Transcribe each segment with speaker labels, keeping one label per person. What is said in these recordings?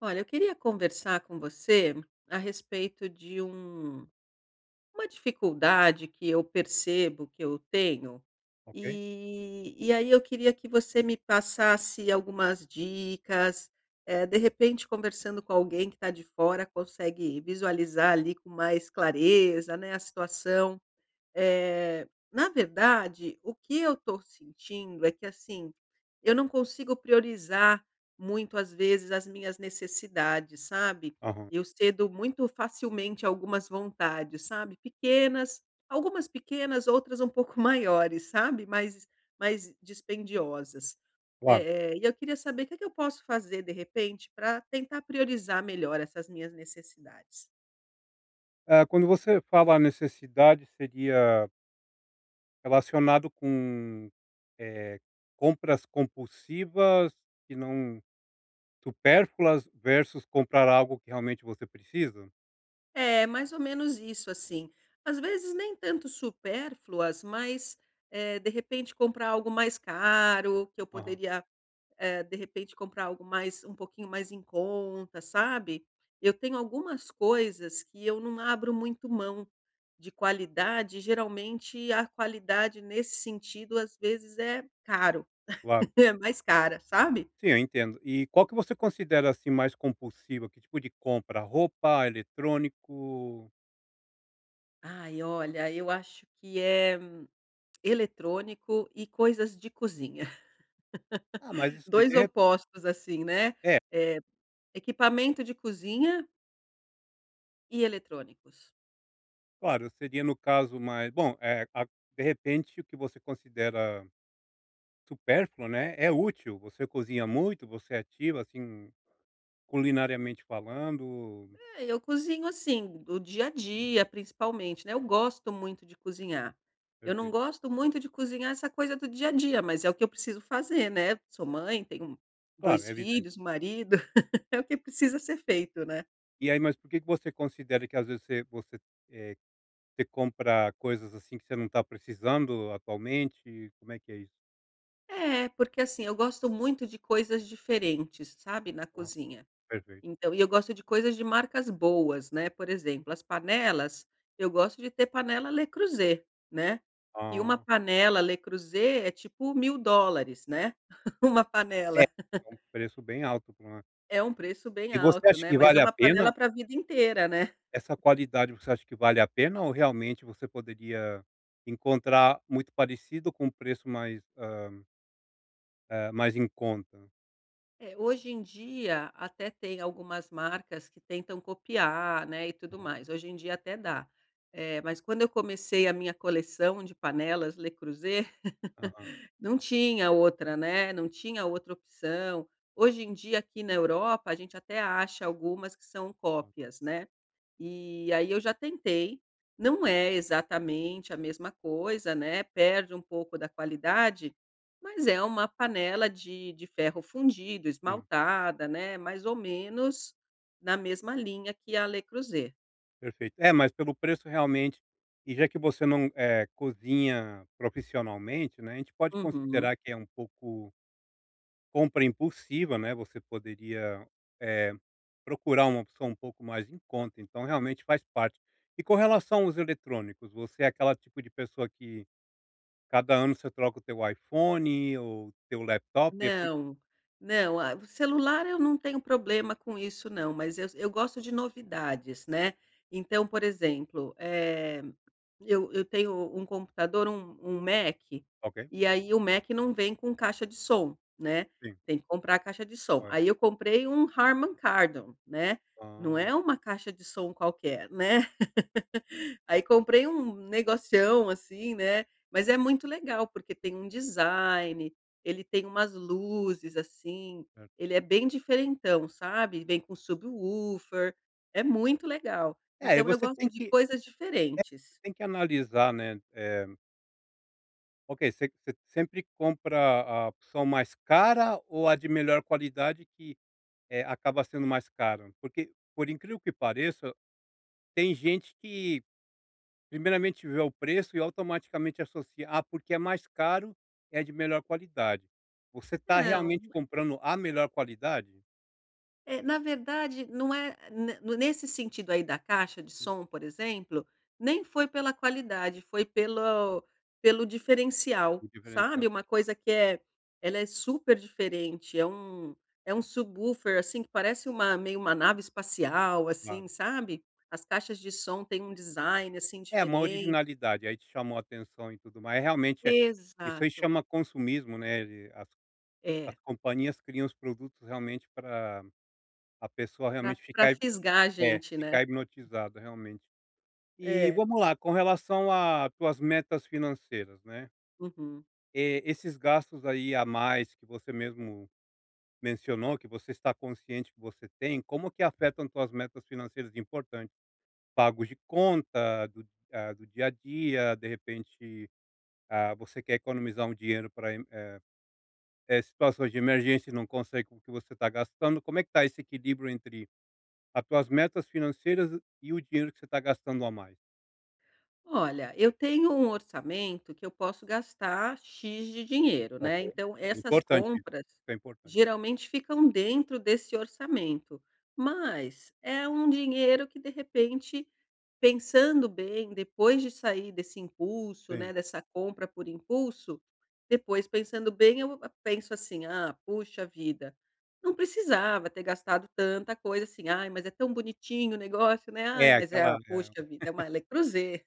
Speaker 1: Olha, eu queria conversar com você a respeito de uma dificuldade que eu percebo que eu tenho.
Speaker 2: Ok.
Speaker 1: E aí eu queria que você me passasse algumas dicas, de repente conversando com alguém que está de fora consegue visualizar ali com mais clareza, né, a situação. Na verdade, o que eu estou sentindo é que, assim, eu não consigo priorizar muito, às vezes, as minhas necessidades, sabe.
Speaker 2: Aham,
Speaker 1: Eu cedo muito facilmente a algumas vontades, sabe, pequenas, algumas pequenas, outras um pouco maiores, sabe, mais dispendiosas.
Speaker 2: claro.
Speaker 1: E eu queria saber o que é que eu posso fazer, de repente, para tentar priorizar melhor essas minhas necessidades.
Speaker 2: Ah, quando você fala necessidade, seria relacionado com, eh, compras compulsivas que não supérfluas versus comprar algo que realmente você precisa?
Speaker 1: É, mais ou menos isso, assim. Às vezes nem tanto supérfluas, mas, de repente comprar algo mais caro, que eu
Speaker 2: Aham,
Speaker 1: poderia, de repente comprar algo mais um pouquinho mais em conta, sabe. Eu tenho algumas coisas que eu não abro muito mão de qualidade, geralmente a qualidade nesse sentido, às vezes é caro,
Speaker 2: claro.
Speaker 1: é mais cara, sabe.
Speaker 2: Sim, eu entendo. E qual que você considera, assim, mais compulsiva? Que tipo de compra? Roupa, eletrônico?
Speaker 1: Ai, olha, eu acho que é eletrônico e coisas de cozinha.
Speaker 2: Ah, mas isso aí
Speaker 1: Dois
Speaker 2: de re
Speaker 1: opostos, assim, né,
Speaker 2: é,
Speaker 1: eh, equipamento de cozinha e eletrônicos.
Speaker 2: claro, seria no caso mais bom, eh, a de repente o que você considera supérfluo, né, é útil, você cozinha muito, você é ativa, assim, culinariamente falando,
Speaker 1: É, eu cozinho, assim, do dia a dia, principalmente, né, eu gosto muito de cozinhar. Eu não
Speaker 2: perfeito.
Speaker 1: gosto muito de cozinhar essa coisa do dia a dia, mas é o que eu preciso fazer, né, sou mãe, tenho
Speaker 2: Claro, é
Speaker 1: dois
Speaker 2: evidente.
Speaker 1: filhos, um marido, é o que precisa ser feito, né.
Speaker 2: E aí, mas por que que você considera que às vezes você, eh, você compra coisas, assim, que você não está precisando atualmente, como é que é isso?
Speaker 1: É, porque, assim, eu gosto muito de coisas diferentes, sabe, na
Speaker 2: Aham,
Speaker 1: cozinha.
Speaker 2: perfeito.
Speaker 1: Então e eu gosto de coisas de marcas boas, né, por exemplo, as panelas, eu gosto de ter panela Le Creuset, né, e uma
Speaker 2: Ah,
Speaker 1: panela Le Creuset é tipo US$ 1000, né, uma
Speaker 2: é,
Speaker 1: panela.
Speaker 2: é um preço bem alto pra uma
Speaker 1: É um preço bem
Speaker 2: e você
Speaker 1: alto,
Speaker 2: acha
Speaker 1: né,
Speaker 2: que
Speaker 1: mas é
Speaker 2: vale a
Speaker 1: uma
Speaker 2: pena?
Speaker 1: panela para a vida inteira, né.
Speaker 2: Essa qualidade você acha que vale a pena ou realmente você poderia encontrar muito parecido com um preço mais, mais em conta?
Speaker 1: É, hoje em dia até tem algumas marcas que tentam copiar, né, e tudo mais, hoje em dia até dá. Mas quando eu comecei a minha coleção de panelas Le Creuset
Speaker 2: Aham,
Speaker 1: não tinha outra, né, não tinha outra opção. Hoje em dia, aqui na Europa, a gente até acha algumas que são
Speaker 2: aham.
Speaker 1: cópias, né. E aí eu já tentei, não é exatamente a mesma coisa, né, perde um pouco da qualidade, mas é uma panela de ferro fundido,
Speaker 2: Sim,
Speaker 1: esmaltada, né, mais ou menos na mesma linha que a Le Creuset.
Speaker 2: perfeito. É, mas pelo preço realmente e já que você não, cozinha profissionalmente, né, a gente pode
Speaker 1: Uhum.
Speaker 2: considerar que é um pouco compra impulsiva, né, eh, procurar uma opção um pouco mais em conta, então realmente faz parte. E com relação aos eletrônicos, você é aquela tipo de pessoa que cada ano você troca o teu iPhone ou teu laptop e depois
Speaker 1: Não, não, ah, o celular eu não tenho problema com isso não, mas eu gosto de novidades, né. Então, por exemplo, eu tenho um computador, um Mac,
Speaker 2: ok,
Speaker 1: e aí o Mac não vem com caixa de som, né,
Speaker 2: sim,
Speaker 1: tem que comprar a caixa de som. Aí
Speaker 2: correto.
Speaker 1: eu comprei um Harman Kardon, né, não
Speaker 2: Ah,
Speaker 1: é uma caixa de som qualquer, né. Aí comprei um negocião, assim, né, mas é muito legal, porque tem um design, ele tem umas luzes, assim,
Speaker 2: certo.
Speaker 1: ele é bem diferentão, sabe, vem com subwoofer, é muito legal.
Speaker 2: É, e
Speaker 1: Então eu
Speaker 2: você
Speaker 1: gosto de coisas diferentes.
Speaker 2: tem que analisar, né, Ok, você sempre compra a opção mais cara ou a de melhor qualidade que, acaba sendo mais cara? Porque, por incrível que pareça, tem gente que primeiramente vê o preço e automaticamente associa: "Ah, porque é mais caro, é de melhor qualidade". Você está
Speaker 1: Não.
Speaker 2: realmente comprando a melhor qualidade?
Speaker 1: É, na verdade, não é ne nesse sentido aí da caixa de
Speaker 2: O
Speaker 1: som, por exemplo, nem foi pela qualidade, foi pelo diferencial,
Speaker 2: o
Speaker 1: sabe,
Speaker 2: diferencial,
Speaker 1: uma coisa que é ela é super diferente, é um subwoofer, assim, que parece uma meio uma nave espacial, assim,
Speaker 2: claro.
Speaker 1: sabe. As caixas de som têm um design, assim,
Speaker 2: É, uma
Speaker 1: diferente.
Speaker 2: originalidade, aí te chamou a atenção e tudo mais. Realmente isso aí
Speaker 1: Exato.
Speaker 2: chama consumismo, né, ele as as
Speaker 1: É,
Speaker 2: companhias criam os produtos realmente para a pessoa
Speaker 1: para
Speaker 2: realmente
Speaker 1: pra
Speaker 2: ficar hip
Speaker 1: fisgar a
Speaker 2: é,
Speaker 1: gente, né.
Speaker 2: ficar hipnotizada realmente. E
Speaker 1: É.
Speaker 2: vamos lá, com relação a tuas metas financeiras, né,
Speaker 1: Uhum.
Speaker 2: esses gastos aí a mais que você mesmo mencionou, que você está consciente que você tem, como que afetam tuas metas financeiras importantes? Pagos de conta, do dia a dia, de repente, ah, você quer economizar um dinheiro para situações de emergência e não consegue com o que você está gastando, como é que está esse equilíbrio entre as tuas metas financeiras e o dinheiro que você está gastando a mais.
Speaker 1: Olha, eu tenho um orçamento que eu posso gastar "x" de dinheiro,
Speaker 2: Ok.
Speaker 1: né, então
Speaker 2: É
Speaker 1: essas
Speaker 2: importante isso,
Speaker 1: compras
Speaker 2: é importante.
Speaker 1: geralmente ficam dentro desse orçamento, mas é um dinheiro que de repente, pensando bem, depois de sair desse impulso,
Speaker 2: Sim.
Speaker 1: né, dessa compra por impulso, depois pensando bem eu penso assim: "Ah, puxa vida, não precisava ter gastado tanta coisa assim. Ai, mas é tão bonitinho o negócio, né.
Speaker 2: É
Speaker 1: Ai, mas é,
Speaker 2: aquela
Speaker 1: ah,
Speaker 2: eh,
Speaker 1: poxa vida, é uma Electrozer".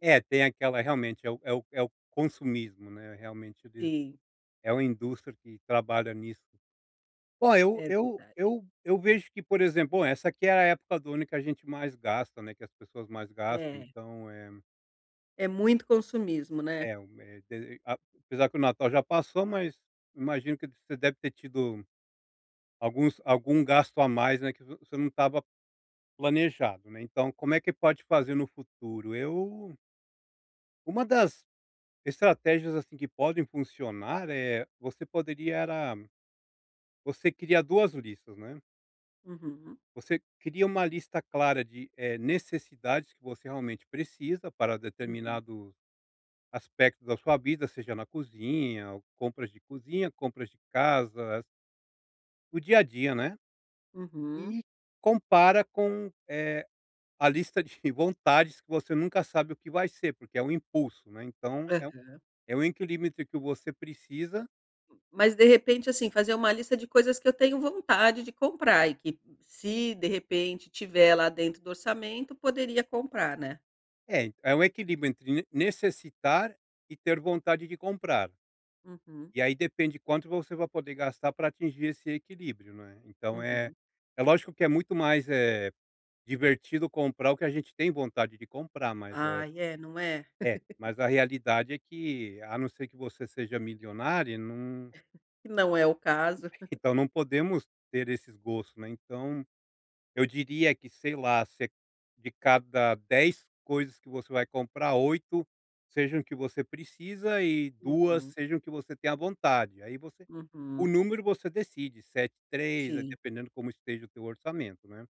Speaker 2: é, tem aquela realmente é o consumismo, né, realmente eles
Speaker 1: Sim,
Speaker 2: é uma indústria que trabalha nisso. Bom, eu
Speaker 1: é
Speaker 2: eu
Speaker 1: verdade.
Speaker 2: eu eu vejo que, por exemplo, bom, essa aqui é a época do ano que a gente mais gasta, né, que as pessoas mais gastam,
Speaker 1: É,
Speaker 2: então, é
Speaker 1: é muito consumismo, né.
Speaker 2: é um eh, de a apesar que o Natal já passou, mas imagino que você deve ter tido alguns algum gasto a mais, né, que vo você não estava planejado, né, então como é que pode fazer no futuro? Eu uma das estratégias, assim, que podem funcionar, é você poderia era você criar 2 listas, né.
Speaker 1: Uhum,
Speaker 2: Você cria uma lista clara de, necessidades que você realmente precisa para
Speaker 1: uhum,
Speaker 2: determinados aspectos da sua vida, seja na cozinha, ou compras de cozinha, compras de casa, o dia a dia, né,
Speaker 1: uhum.
Speaker 2: e compara com, a lista de vontades que você nunca sabe o que vai ser, porque é um impulso, né, então é um
Speaker 1: Aham.
Speaker 2: é um equilíbrio entre o que você precisa
Speaker 1: Mas de repente, assim, fazer uma lista de coisas que eu tenho vontade de comprar e que se de repente tiver lá dentro do orçamento, poderia comprar, né.
Speaker 2: é, é um equilíbrio entre ne necessitar e ter vontade de comprar.
Speaker 1: Uhum,
Speaker 2: E aí depende quanto você vai poder gastar para atingir esse equilíbrio, né.
Speaker 1: uhum.
Speaker 2: É lógico que é muito mais, divertido comprar o que a gente tem vontade de comprar, mas a
Speaker 1: Ai, é, não é?
Speaker 2: é, mas a realidade é que, a não ser que você seja milionário, não
Speaker 1: Que não é o caso.
Speaker 2: então não podemos ter esses gostos, né, então eu diria que, sei lá, se é de cada 10 coisas que você vai comprar, 8 sejam que você precisa e duas
Speaker 1: Uhum,
Speaker 2: sejam que você tem tenha vontade. Aí você o
Speaker 1: uhum.
Speaker 2: número você decide, 7, três, eh,
Speaker 1: Sim,
Speaker 2: dependendo como esteja o teu orçamento, né.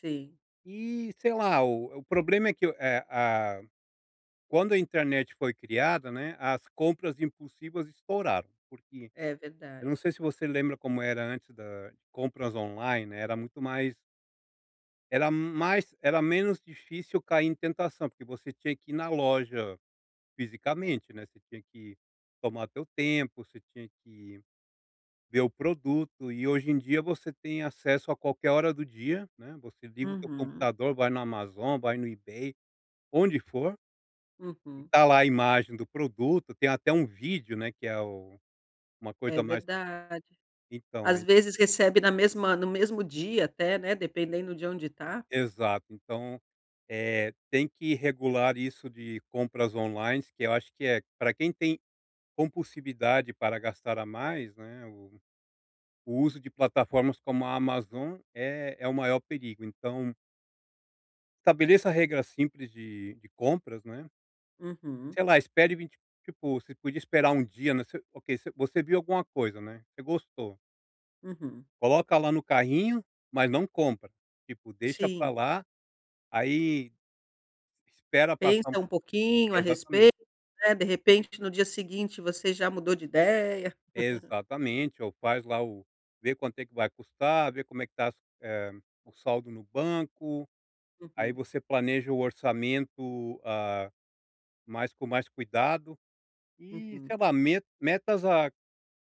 Speaker 1: sim,
Speaker 2: E, sei lá, o problema é que, eh, a quando a internet foi criada, né, as compras impulsivas estouraram, porque
Speaker 1: é
Speaker 2: eu não
Speaker 1: verdade.
Speaker 2: sei se você lembra como era antes da compras online, né, era muito mais era menos difícil cair em tentação, porque você tinha que ir na loja fisicamente, né, você tinha que tomar teu tempo, você tinha que ver o produto e hoje em dia você tem acesso a qualquer hora do dia, né, você liga o teu
Speaker 1: Uhum,
Speaker 2: computador, vai no Amazon, vai no eBay, onde for, e
Speaker 1: uhum.
Speaker 2: tá lá a imagem do produto, tem até um vídeo, né, que é o uma
Speaker 1: É
Speaker 2: coisa mais
Speaker 1: verdade.
Speaker 2: então,
Speaker 1: Às
Speaker 2: é
Speaker 1: vezes recebe na mesma no mesmo dia até, né, dependendo de onde tá.
Speaker 2: exato. Então, é tem que regular isso de compras online que eu acho que é para quem tem compulsividade para gastar a mais, né, o uso de plataformas como a Amazon é o maior perigo. Então, estabeleça regras simples de compras, né.
Speaker 1: Uhum,
Speaker 2: Sei lá, espere 20 tipo, você podia esperar um dia, né, você ok, você viu alguma coisa, né, você gostou,
Speaker 1: uhum.
Speaker 2: coloca lá no carrinho, mas não compra. Tipo, deixa pra
Speaker 1: Sim,
Speaker 2: lá, aí espera passar um
Speaker 1: pensa um pouquinho a
Speaker 2: exatamente,
Speaker 1: respeito, né, de repente no dia seguinte você já mudou de ideia.
Speaker 2: exatamente, ou faz lá o vê quanto é que vai custar, vê como é que tá as eh, o saldo no banco. Aí
Speaker 1: Uhum,
Speaker 2: você planeja o orçamento, ah, mais cuidado e, sei
Speaker 1: uhum,
Speaker 2: lá, me metas a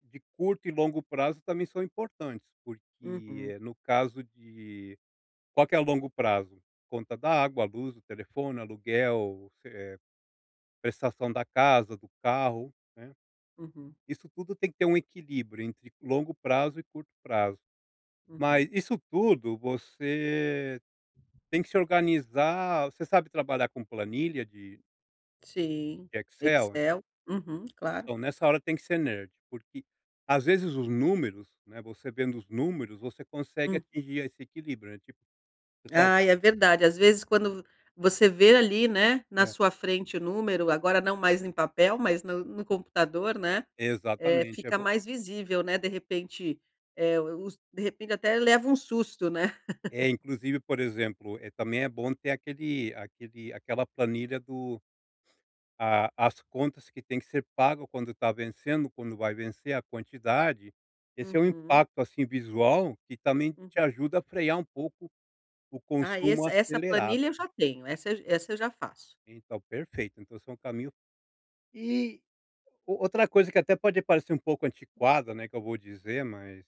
Speaker 2: de curto e longo prazo também são importantes, porque
Speaker 1: uhum,
Speaker 2: eh, no caso de qual que é o longo prazo? Conta da água, luz, do telefone, aluguel, se prestação da casa, do carro, né.
Speaker 1: uhum,
Speaker 2: Isso tudo tem que ter um equilíbrio entre longo prazo e curto prazo. Mas
Speaker 1: uhum.
Speaker 2: isso tudo você tem que se organizar. Você sabe trabalhar com planilha de
Speaker 1: Sim,
Speaker 2: de Excel?
Speaker 1: Excel. Uhum, claro.
Speaker 2: Então, nessa hora tem que ser nerd, porque às vezes os números, né, você vendo os números, você consegue
Speaker 1: Hum.
Speaker 2: atingir esse equilíbrio, né, tipo, você sabe
Speaker 1: Ai, é verdade. Às vezes, quando você vê ali, né, na
Speaker 2: é,
Speaker 1: sua frente o número, agora não mais em papel, mas no computador, né,
Speaker 2: exatamente, é
Speaker 1: fica
Speaker 2: bo
Speaker 1: mais visível, né, de repente, eh, os de repente até leva um susto, né.
Speaker 2: é inclusive, por exemplo, é também é bom ter aquele aquele aquela planilha do a as contas que tem que ser pago quando está vencendo, quando vai vencer, a quantidade. Esse é um
Speaker 1: Uhum,
Speaker 2: impacto, assim, visual que também te
Speaker 1: uhum.
Speaker 2: ajuda a frear um pouco o
Speaker 1: Ah,
Speaker 2: consumo
Speaker 1: esse essa
Speaker 2: acelerado.
Speaker 1: planilha eu já tenho, essa eu já faço.
Speaker 2: Então, perfeito, então esse é um caminho. E O outra coisa que até pode parecer um pouco antiquada, né, que eu vou dizer, mas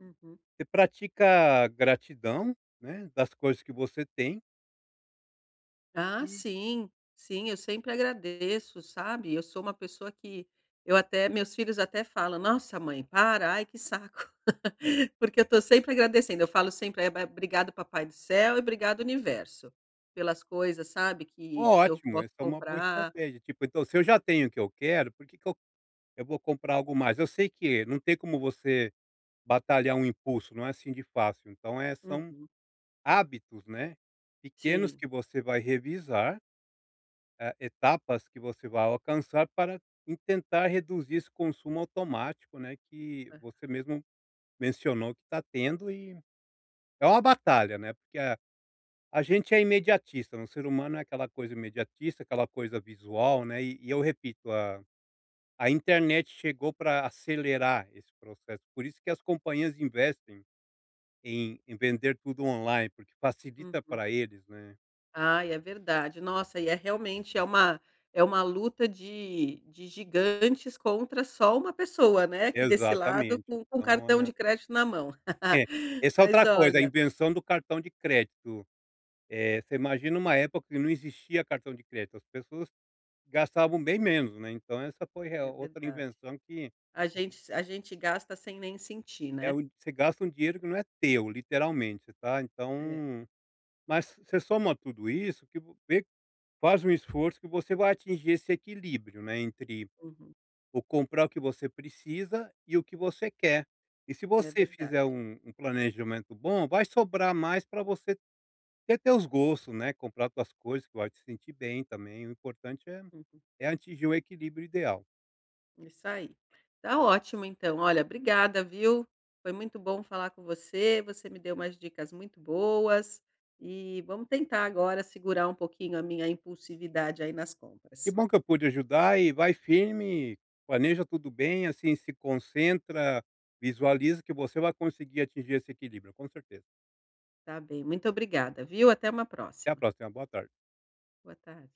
Speaker 1: Uhum.
Speaker 2: você pratica gratidão, né, das coisas que você tem
Speaker 1: Ah,
Speaker 2: e
Speaker 1: sim, sim, eu sempre agradeço, sabe. Eu sou uma pessoa que eu até meus filhos até falam: "Nossa mãe, para, ai que saco", porque eu estou sempre agradecendo, eu falo sempre: "Eh, ba obrigado papai do céu e obrigado universo, pelas coisas, sabe, que eu
Speaker 2: ótimo,
Speaker 1: posso
Speaker 2: essa é uma boa
Speaker 1: comprar".
Speaker 2: estratégia. Tipo, então se eu já tenho o que eu quero, por que que eu vou comprar algo mais? Eu sei que não tem como você batalhar um impulso, não é assim de fácil, então são
Speaker 1: Uhum,
Speaker 2: hábitos, né, pequenos
Speaker 1: sim,
Speaker 2: que você vai revisar, etapas que você vai alcançar para tentar reduzir esse consumo automático, né, que você mesmo mencionou que está tendo e é uma batalha, né, porque a gente é imediatista, né, o ser humano é aquela coisa imediatista, aquela coisa visual, né, e eu repito, a internet chegou para acelerar esse processo, por isso que as companhias investem em vender tudo online, porque facilita
Speaker 1: uhum.
Speaker 2: para eles, né.
Speaker 1: Ai, é verdade. Nossa, e é realmente uma é uma luta de gigantes contra só uma pessoa, né, que desse lado
Speaker 2: Exatamente,
Speaker 1: com
Speaker 2: então,
Speaker 1: cartão de crédito na mão.
Speaker 2: é, essa é
Speaker 1: Mas
Speaker 2: outra coisa, a
Speaker 1: olha
Speaker 2: invenção do cartão de crédito, você imagina uma época que não existia cartão de crédito, as pessoas gastavam bem menos, né, então essa foi a
Speaker 1: é
Speaker 2: outra
Speaker 1: verdade.
Speaker 2: invenção que
Speaker 1: A gente gasta sem nem sentir,
Speaker 2: é
Speaker 1: né.
Speaker 2: o você gasta um dinheiro que não é teu, literalmente, tá,
Speaker 1: É,
Speaker 2: então mas você soma tudo isso que vo vê faz um esforço que você vai atingir esse equilíbrio, né, entre
Speaker 1: uhum,
Speaker 2: o comprar o que você precisa e o que você quer. E se
Speaker 1: é
Speaker 2: você
Speaker 1: verdade.
Speaker 2: fizer um um planejamento bom, vai sobrar mais para você ter teus gostos, né, comprar tuas coisas que vai te sentir bem também, o importante é é atingir o equilíbrio ideal.
Speaker 1: Isso aí. Tá ótimo então, olha, obrigada, viu. Foi muito bom falar com você, você me deu umas dicas muito boas, e vamos tentar agora segurar um pouquinho a minha impulsividade aí nas
Speaker 2: Que
Speaker 1: compras.
Speaker 2: bom que eu pude ajudar e vai firme, planeja tudo bem, assim, se concentra, visualiza que você vai conseguir atingir esse equilíbrio, com certeza.
Speaker 1: Tá bem, muito obrigada, viu. Até uma
Speaker 2: Até a
Speaker 1: próxima.
Speaker 2: próxima, boa tarde.
Speaker 1: Boa tarde.